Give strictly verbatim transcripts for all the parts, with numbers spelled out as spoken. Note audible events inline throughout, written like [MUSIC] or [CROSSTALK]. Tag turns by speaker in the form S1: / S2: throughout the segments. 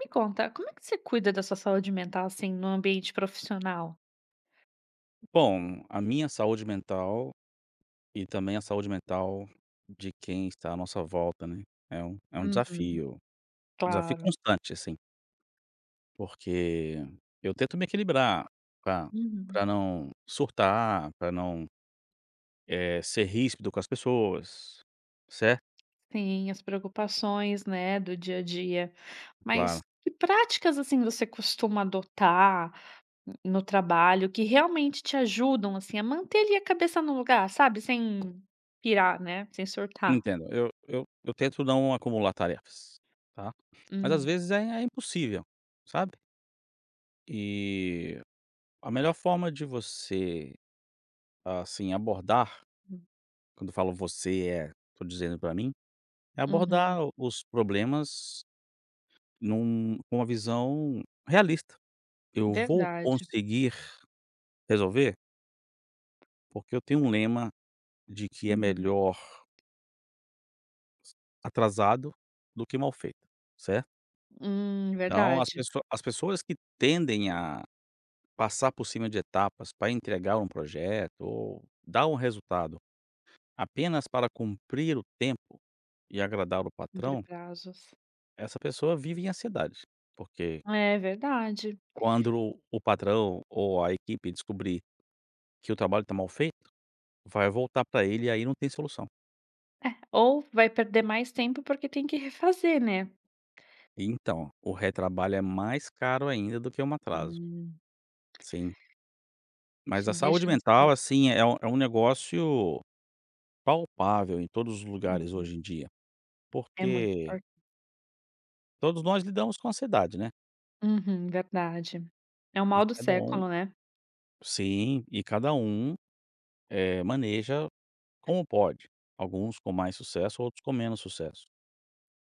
S1: Me conta, como é que você cuida da sua saúde mental, assim, no ambiente profissional?
S2: Bom, a minha saúde mental e também a saúde mental de quem está à nossa volta, né, é um é um
S1: Uhum,
S2: desafio, um desafio
S1: claro.
S2: constante, assim, porque eu tento me equilibrar pra
S1: Uhum.
S2: pra não surtar, pra não, eh, ser ríspido com as pessoas, certo?
S1: Sim, as preocupações, né, do dia a dia. Mas
S2: Claro.
S1: que práticas, assim, você costuma adotar no trabalho que realmente te ajudam, assim, a manter ali a cabeça no lugar, sabe? Sem pirar, né? Sem surtar.
S2: Entendo, eu eu eu tento não acumular tarefas, tá? Mas às
S1: Hum,
S2: vezes é é impossível, sabe? E a melhor forma de você, assim, abordar. Quando eu falo você, é tô dizendo pra mim, é
S1: uhum.
S2: abordar o- os problemas num com uma visão realista. Eu vou
S1: Verdade.
S2: conseguir resolver, porque eu tenho um lema de que é
S1: Uhum.
S2: melhor atrasado do que mal feito, certo?
S1: Hum,
S2: Então as
S1: verdade.
S2: pesso as pessoas que tendem a passar por cima de etapas para entregar um projeto ou dar um resultado apenas para cumprir o tempo e agradar o
S1: Cumprir
S2: patrão,
S1: prazos.
S2: essa pessoa vive em ansiedade, porque
S1: É verdade.
S2: quando o patrão ou a equipe descobrir que o trabalho está mal feito, vai voltar para ele e aí não tem solução.
S1: Ou vai perder mais tempo, porque tem que refazer, né.
S2: Então, o retrabalho é mais caro ainda do que um atraso,
S1: Hum.
S2: sim. Mas
S1: Te
S2: a saúde
S1: deixa ansi
S2: mental, assim, é um é um negócio palpável em todos os lugares
S1: hum,
S2: hoje em dia,
S1: é muito
S2: porque
S1: impor
S2: todos nós lidamos com ansiedade, né.
S1: uhum, verdade. É o
S2: E
S1: mal do
S2: cada um,
S1: século, né.
S2: sim, e cada um, eh, maneja como pode, alguns com mais sucesso, outros com menos sucesso.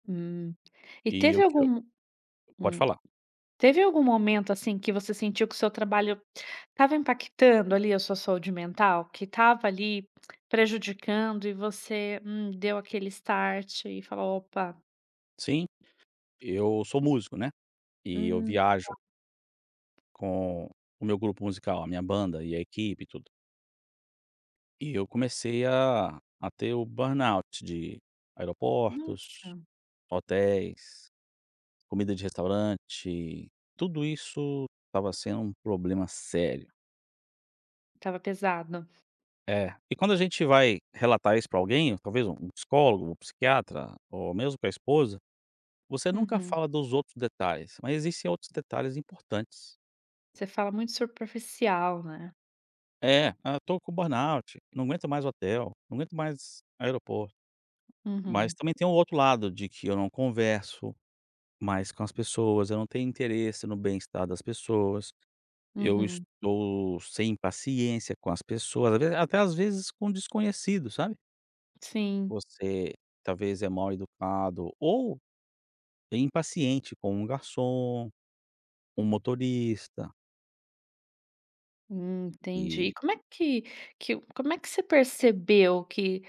S1: Hum. E
S2: E
S1: teve
S2: o que eu
S1: algum
S2: pode
S1: hum,
S2: falar.
S1: teve algum momento, assim, que você sentiu que o seu trabalho estava impactando ali a sua saúde mental? Que estava ali prejudicando e você, hum, deu aquele start e falou: "Opa,
S2: Sim, eu sou músico, né. E eu
S1: hum,
S2: viajo com o meu grupo musical, a minha banda e a equipe e tudo. E eu comecei a a ter o burnout de
S1: nossa,
S2: aeroportos, hotéis, comida de restaurante, tudo isso estava sendo um problema sério.
S1: estava pesado".
S2: É. E quando a gente vai relatar isso para alguém, talvez um psicólogo, um psiquiatra ou mesmo com a esposa, você nunca
S1: Uhum.
S2: fala dos outros detalhes, mas existem outros detalhes importantes.
S1: Você fala muito superficial, né.
S2: É, ah, tô com burnout, não aguento mais hotel, não aguento mais aeroporto. Mas
S1: Uhum.
S2: também tem o outro lado de que eu não converso mais com as pessoas, eu não tenho interesse no bem-estar das pessoas, eu
S1: Uhum.
S2: estou sem paciência com as pessoas, às vezes até às vezes com desconhecidos, sabe.
S1: Sim,
S2: Você talvez é mal educado ou é impaciente com um garçom, um motorista,
S1: hum, entendi. E
S2: e
S1: como é que que como é que você percebeu que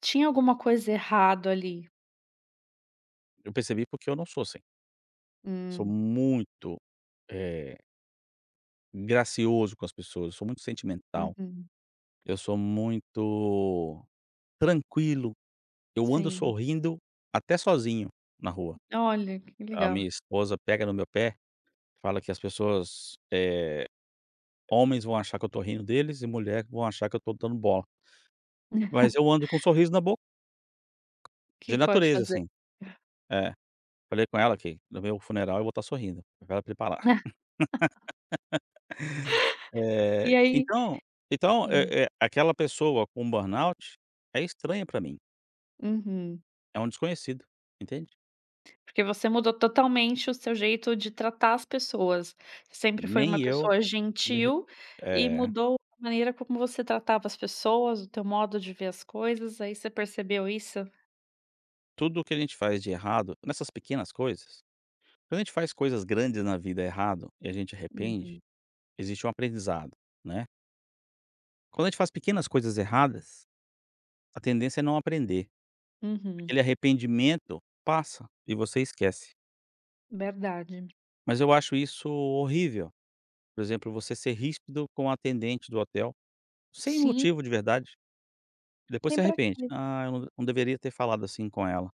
S1: tinha alguma coisa errado ali?
S2: eu percebi porque eu não sou assim, sou
S1: Hum,
S2: muito, eh gracioso com as pessoas, eu sou muito sentimental,
S1: uhum,
S2: eu sou muito tranquilo, eu ando
S1: sim.
S2: sorrindo até sozinho na rua.
S1: Olha, que
S2: A
S1: legal.
S2: minha esposa pega no meu pé, fala que as pessoas, eh, homens vão achar que eu tô rindo deles e mulher vão achar que eu tô dando bola, mas
S1: [LAUGHS]
S2: eu ando com um sorriso na boca,
S1: O
S2: de
S1: que pode
S2: natureza
S1: fazer.
S2: assim. É, falei com ela que no meu funeral eu vou estar sorrindo, pra ela preparar.
S1: [LAUGHS]
S2: Eh,
S1: E aí
S2: então então,
S1: hum,
S2: eh eh, aquela pessoa com burnout é estranha pra mim,
S1: uhum.
S2: é um desconhecido, entende?
S1: Porque você mudou totalmente o seu jeito de tratar as pessoas. Você sempre foi uma
S2: Nem eu
S1: pessoa
S2: me re
S1: gentil e
S2: é,
S1: mudou a maneira como você tratava as pessoas, o teu modo de ver as coisas, aí você percebeu isso?
S2: tudo o que a gente faz de errado, nessas pequenas coisas, quando a gente faz coisas grandes na vida errado e a gente arrepende,
S1: Uhum.
S2: existe um aprendizado, né. Quando a gente faz pequenas coisas erradas, a tendência é não aprender.
S1: Uhum.
S2: Aquele arrependimento passa e você esquece.
S1: Verdade.
S2: Mas eu acho isso horrível, por exemplo, você ser ríspido com a atendente do hotel, sem
S1: Sim.
S2: motivo de verdade, e depois
S1: Tem
S2: se
S1: pra
S2: arrepende:
S1: quê?
S2: "Ah, eu não não deveria ter falado assim com ela".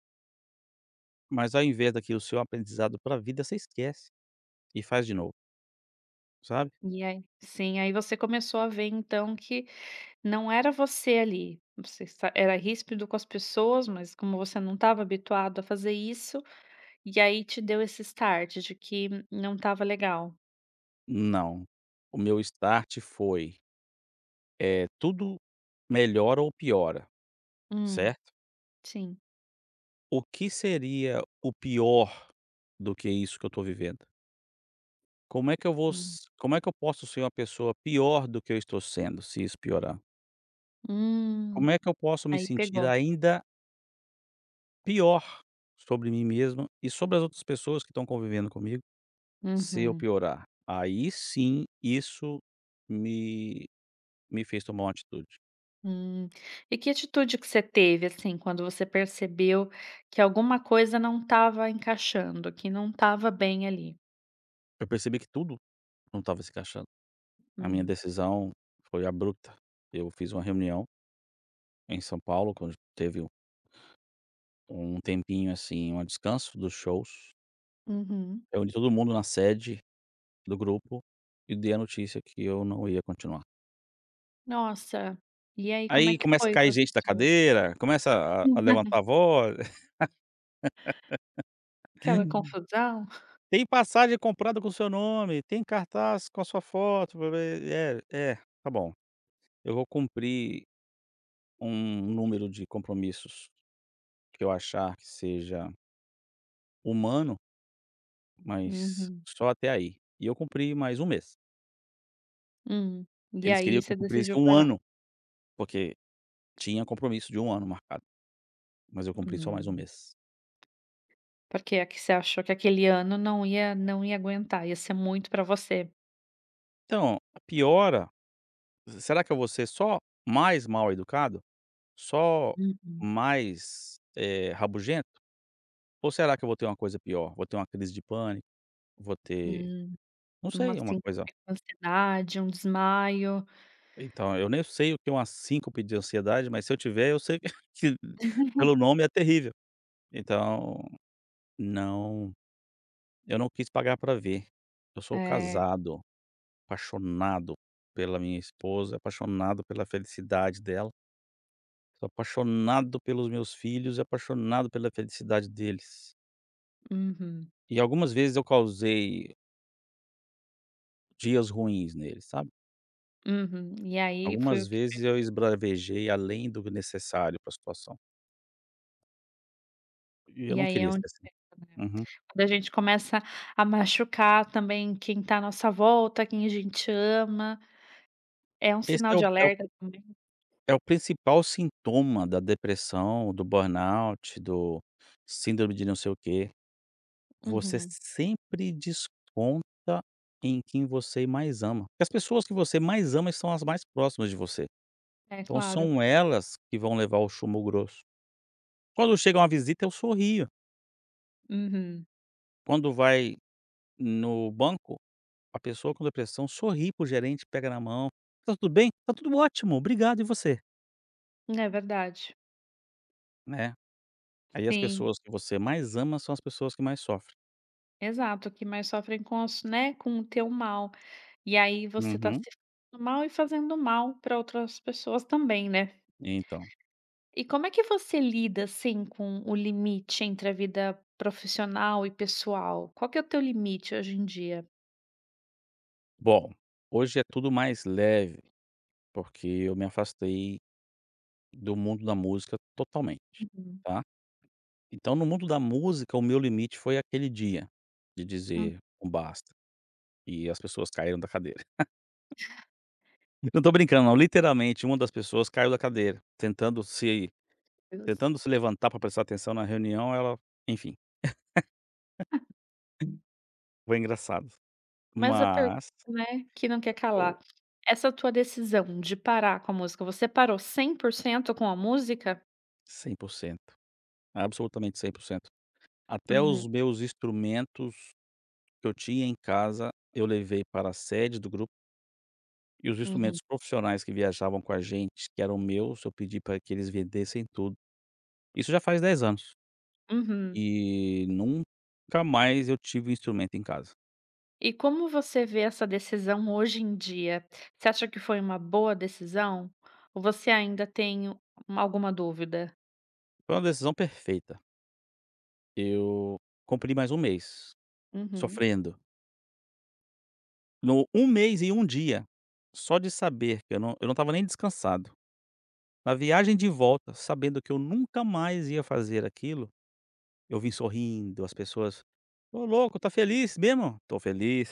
S2: Mas ao invés daquilo ser um aprendizado para a vida, você esquece. E faz de novo, sabe?
S1: E aí sim, aí você começou a ver então que não era você ali, você esta era ríspido com as pessoas, mas como você não estava habituado a fazer isso, e aí te deu esse start de que não estava legal.
S2: Não. O meu start foi, é tudo melhora ou piora,
S1: Hum,
S2: certo?
S1: sim.
S2: O que seria o pior do que isso que eu estou vivendo? Como é que eu vou
S1: Hum.
S2: s como é que eu posso ser uma pessoa pior do que eu estou sendo, se isso piorar?
S1: Hum,
S2: Como é que eu posso me
S1: aí
S2: sentir
S1: pegou.
S2: ainda pior sobre mim mesmo e sobre as outras pessoas que estão convivendo comigo, se eu
S1: Uhum.
S2: piorar? Aí sim, isso me me fez tomar uma atitude.
S1: Hum. E que atitude que você teve, assim, quando você percebeu que alguma coisa não estava encaixando, que não estava bem ali?
S2: Eu percebi que tudo não estava se encaixando. A minha
S1: Hum.
S2: decisão foi abrupta. Eu fiz uma reunião em São Paulo, quando teve um um tempinho, assim, um descanso dos shows.
S1: Uhum.
S2: Reuni todo mundo na sede do grupo e dei a notícia que eu não ia continuar.
S1: Nossa, e aí como é
S2: Aí
S1: que
S2: começa a
S1: foi para
S2: cair
S1: as
S2: gente da
S1: pessoas?
S2: cadeira, começa a a levantar a
S1: [LAUGHS]
S2: voz.
S1: Aquela
S2: [LAUGHS]
S1: confusão?
S2: "Tem passagem comprada com o seu nome, tem cartaz com a sua foto". Blá, blá. É, é, tá bom. Eu vou cumprir um número de compromissos que eu achar que seja humano, mas
S1: Uhum,
S2: só até aí. E eu cumpri mais um mês.
S1: hum. E
S2: Eles
S1: aí
S2: queriam que
S1: você
S2: eu cumprisse
S1: decidiu
S2: um
S1: parar?
S2: ano, porque tinha compromisso de um ano marcado, mas eu cumpri só mais um
S1: Hum,
S2: mês.
S1: porque é que você achou que aquele ano não ia não ia aguentar, ia ser muito para você?
S2: Então, a piora, será que eu vou ser só mais mal educado? Só
S1: Uhum,
S2: mais, eh, rabugento? Ou será que eu vou ter uma coisa pior? Vou ter uma crise de pânico? Vou ter,
S1: hum,
S2: não
S1: uma
S2: sei, uma coisa,
S1: síncope com ansiedade, um desmaio,
S2: então, eu nem sei o que é uma síncope de ansiedade, mas se eu tiver, eu sei [LAUGHS] que pelo nome é terrível. Então, não. Eu não quis pagar pra ver. Eu sou
S1: eh,
S2: casado, apaixonado pela minha esposa, apaixonado pela felicidade dela, sou apaixonado pelos meus filhos e apaixonado pela felicidade deles.
S1: uhum,
S2: E algumas vezes eu causei dias ruins neles, sabe.
S1: uhum. E aí foi o
S2: Algumas
S1: que
S2: vezes eu esbravejei além do necessário pra situação, e eu
S1: e
S2: não
S1: aí é
S2: queria
S1: onde
S2: ser assim.
S1: né?
S2: Uhum.
S1: Quando a gente começa a machucar também quem está à nossa volta, quem a gente ama, é um
S2: Esse
S1: sinal
S2: é
S1: de
S2: o é o
S1: alerta também.
S2: é o principal sintoma da depressão, do burnout, do síndrome de não sei o quê. Você
S1: Uhum.
S2: sempre desconta em quem você mais ama. Porque as pessoas que você mais ama são as mais próximas de você.
S1: É
S2: Então
S1: claro.
S2: são elas que vão levar o chumbo grosso. Quando chega uma visita, eu sorrio.
S1: Uhum.
S2: Quando vai no banco, a pessoa com depressão sorri para o gerente, pega na mão: "Tá tudo bem? Tá tudo ótimo, obrigado, e você?",
S1: É verdade.
S2: né. Aí as
S1: Sim,
S2: pessoas que você mais ama são as pessoas que mais sofrem.
S1: exato, que mais sofrem com as né, com o teu mal. E aí você tá se
S2: Uhum.
S1: fazendo mal e fazendo mal para outras pessoas também, né.
S2: Então.
S1: E como é que você lida, assim, com o limite entre a vida profissional e pessoal? Qual que é o teu limite hoje em dia?
S2: Bom, hoje é tudo mais leve, porque eu me afastei do mundo da música totalmente,
S1: Uhum.
S2: tá. Então no mundo da música, o meu limite foi aquele dia, de
S1: Meu
S2: dizer um basta, e as pessoas caíram da cadeira. [LAUGHS] Não tô brincando não, literalmente uma das pessoas caiu da cadeira, tentando se
S1: Deus.
S2: tentando se levantar para prestar atenção na reunião, ela, enfim, foi engraçado.
S1: Mas a pergunta,
S2: Mas
S1: né, que não quer
S2: oh,
S1: calar. Essa tua decisão de parar com a música, você parou cem por cento com a música?
S2: cem por cento, absolutamente cem por cento. Até
S1: Uhum,
S2: os meus instrumentos que eu tinha em casa, eu levei para a sede do grupo. E os
S1: uhum.
S2: instrumentos profissionais que viajavam com a gente, que eram meus, eu pedi para que eles vendessem tudo. Isso já faz dez anos.
S1: Uhum.
S2: E nunca mais eu tive um instrumento em casa.
S1: E como você vê essa decisão hoje em dia? Você acha que foi uma boa decisão? Ou você ainda tem uma alguma dúvida?
S2: Foi uma decisão perfeita. Eu comprei mais um mês
S1: Uhum.
S2: sofrendo. No um mês e um dia, só de saber que eu não eu não estava nem descansado. Na viagem de volta, sabendo que eu nunca mais ia fazer aquilo, eu vim sorrindo, as pessoas: "Ô louco, tá feliz mesmo?". "Tô feliz".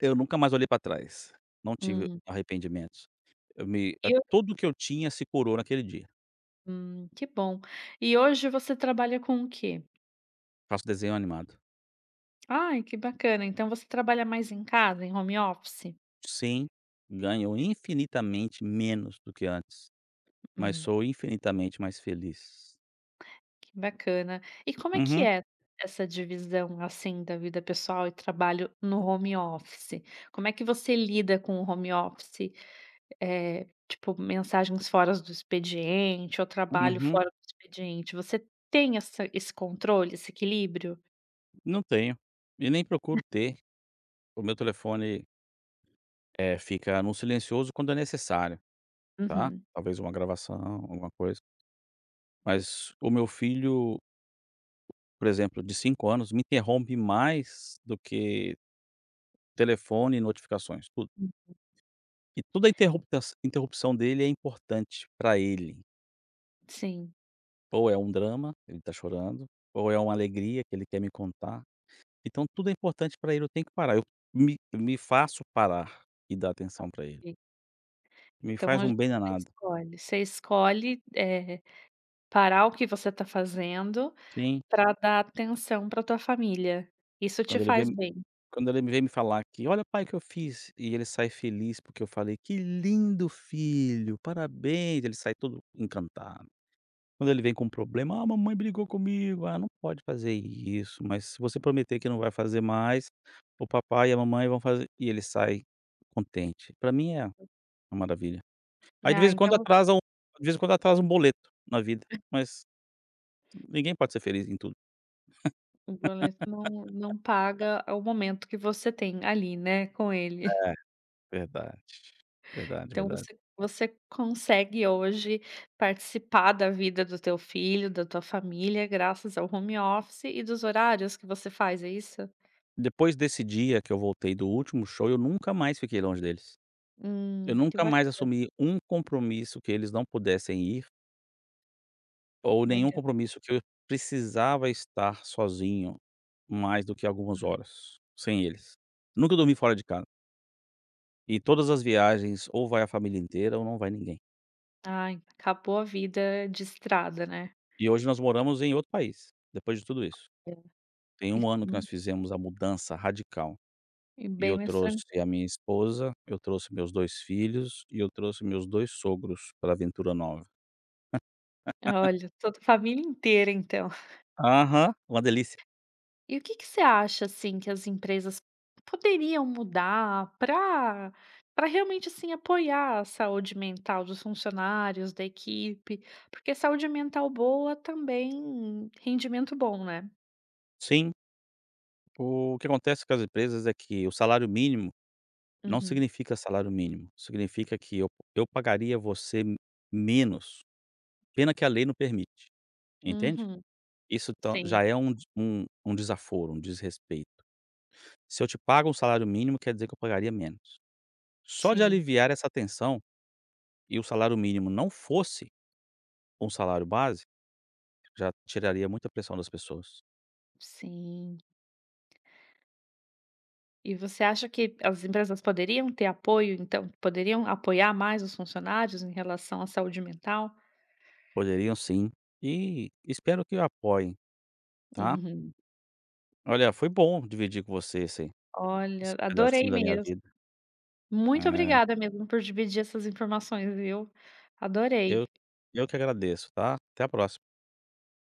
S2: Eu nunca mais olhei pra trás, não tive
S1: Hum.
S2: arrependimentos. Eu me
S1: E
S2: eh,
S1: ho
S2: tudo o que eu tinha se curou naquele dia.
S1: hum, que bom. E hoje você trabalha com o quê?
S2: Faço desenho animado.
S1: Ai, que bacana. Então você trabalha mais em casa, em home office?
S2: Sim, ganho infinitamente menos do que antes, mas
S1: Hum.
S2: sou infinitamente mais feliz.
S1: Que bacana. E como é que
S2: Uhum,
S1: é essa divisão, assim, da vida pessoal e trabalho no home office? Como é que você lida com o home office? Eh, tipo, mensagens fora do expediente ou trabalho
S2: uhum.
S1: fora do expediente. Você tem essa esse controle, esse equilíbrio?
S2: Não tenho, e nem procuro ter. O meu telefone, eh, fica no silencioso quando é necessário, tá,
S1: Uhum.
S2: talvez uma gravação, alguma coisa, mas o meu filho, por exemplo, de cinco anos, me interrompe mais do que telefone e notificações, tudo. E toda interrupta interrupção dele é importante para ele.
S1: Sim.
S2: Ou é um drama, ele tá chorando, ou é uma alegria que ele quer me contar. Então tudo é importante para ele, eu tenho que parar. Eu me me faço parar e dar atenção para ele.
S1: E
S2: Me
S1: então
S2: faz
S1: hoje
S2: um bem
S1: você
S2: danado.
S1: escolhe. Você escolhe, eh, parar o que você está fazendo
S2: Sim,
S1: para dar atenção para tua família. Isso te
S2: quando ele
S1: faz
S2: vem
S1: bem.
S2: quando ele vem me falar que: "Olha, pai, o que eu fiz", e ele sai feliz porque eu falei: "Que lindo, filho, parabéns", ele sai todo encantado. Quando ele vem com um problema: "Ah, mamãe brigou comigo. Ah, não pode fazer isso, mas se você prometer que não vai fazer mais, o papai e a mamãe vão fazer" e ele sai contente. Pra mim é uma maravilha. Aí de
S1: Ah,
S2: vez em quando
S1: então
S2: atrasa um de vez em quando atrasa um boleto na vida, mas ninguém pode ser feliz em tudo.
S1: o boleto não não paga o momento que você tem ali, né, com ele.
S2: É,
S1: [LAUGHS]
S2: verdade. Verdade,
S1: Então
S2: verdade.
S1: você você consegue hoje participar da vida do teu filho, da tua família, graças ao home office e dos horários que você faz, é isso?
S2: Depois desse dia que eu voltei do último show, eu nunca mais fiquei longe deles. Eu
S1: Hum, que
S2: nunca mais
S1: bacana,
S2: assumi um compromisso que eles não pudessem ir, ou nenhum
S1: legal.
S2: compromisso que eu precisava estar sozinho mais do que algumas horas, sem eles. Nunca dormi fora de casa. E todas as viagens ou vai a família inteira ou não vai ninguém.
S1: Ai, acabou a vida de estrada, né.
S2: E hoje nós moramos em outro país, depois de tudo isso.
S1: É.
S2: Tem
S1: E
S2: um ano que nós fizemos a mudança radical.
S1: e
S2: E
S1: bem
S2: eu
S1: mais tran
S2: trouxe a minha esposa, eu trouxe meus dois filhos e eu trouxe meus dois sogros para a aventura nova.
S1: olha, toda a família inteira então.
S2: Aham, uma delícia.
S1: E o que que você acha, assim, que as empresas poderiam mudar para para realmente, assim, apoiar a saúde mental dos funcionários, da equipe? Porque saúde mental boa também rendimento bom, né?
S2: Sim, o que acontece com as empresas é que o salário mínimo não
S1: Uhum,
S2: significa salário mínimo, significa que eu eu pagaria você menos, pena que a lei não permite, entende?
S1: uhum.
S2: Isso então
S1: Sim,
S2: já é um um um desaforo, um desrespeito. Se eu te pago um salário mínimo, quer dizer que eu pagaria menos. Só de
S1: sim,
S2: aliviar essa tensão e o salário mínimo não fosse um salário base, já tiraria muita pressão das pessoas.
S1: sim. E você acha que as empresas poderiam ter apoio, então? Poderiam apoiar mais os funcionários em relação à saúde mental?
S2: Poderiam, sim, e espero que apoiem, tá?
S1: Uhum.
S2: Olha, foi bom dividir com você esse esse
S1: Olha, adorei
S2: pedacinho da minha
S1: mesmo.
S2: vida.
S1: Muito
S2: É.
S1: obrigada mesmo por dividir essas informações, viu.
S2: Eu
S1: Adorei.
S2: eu que agradeço, tá? Até a próxima.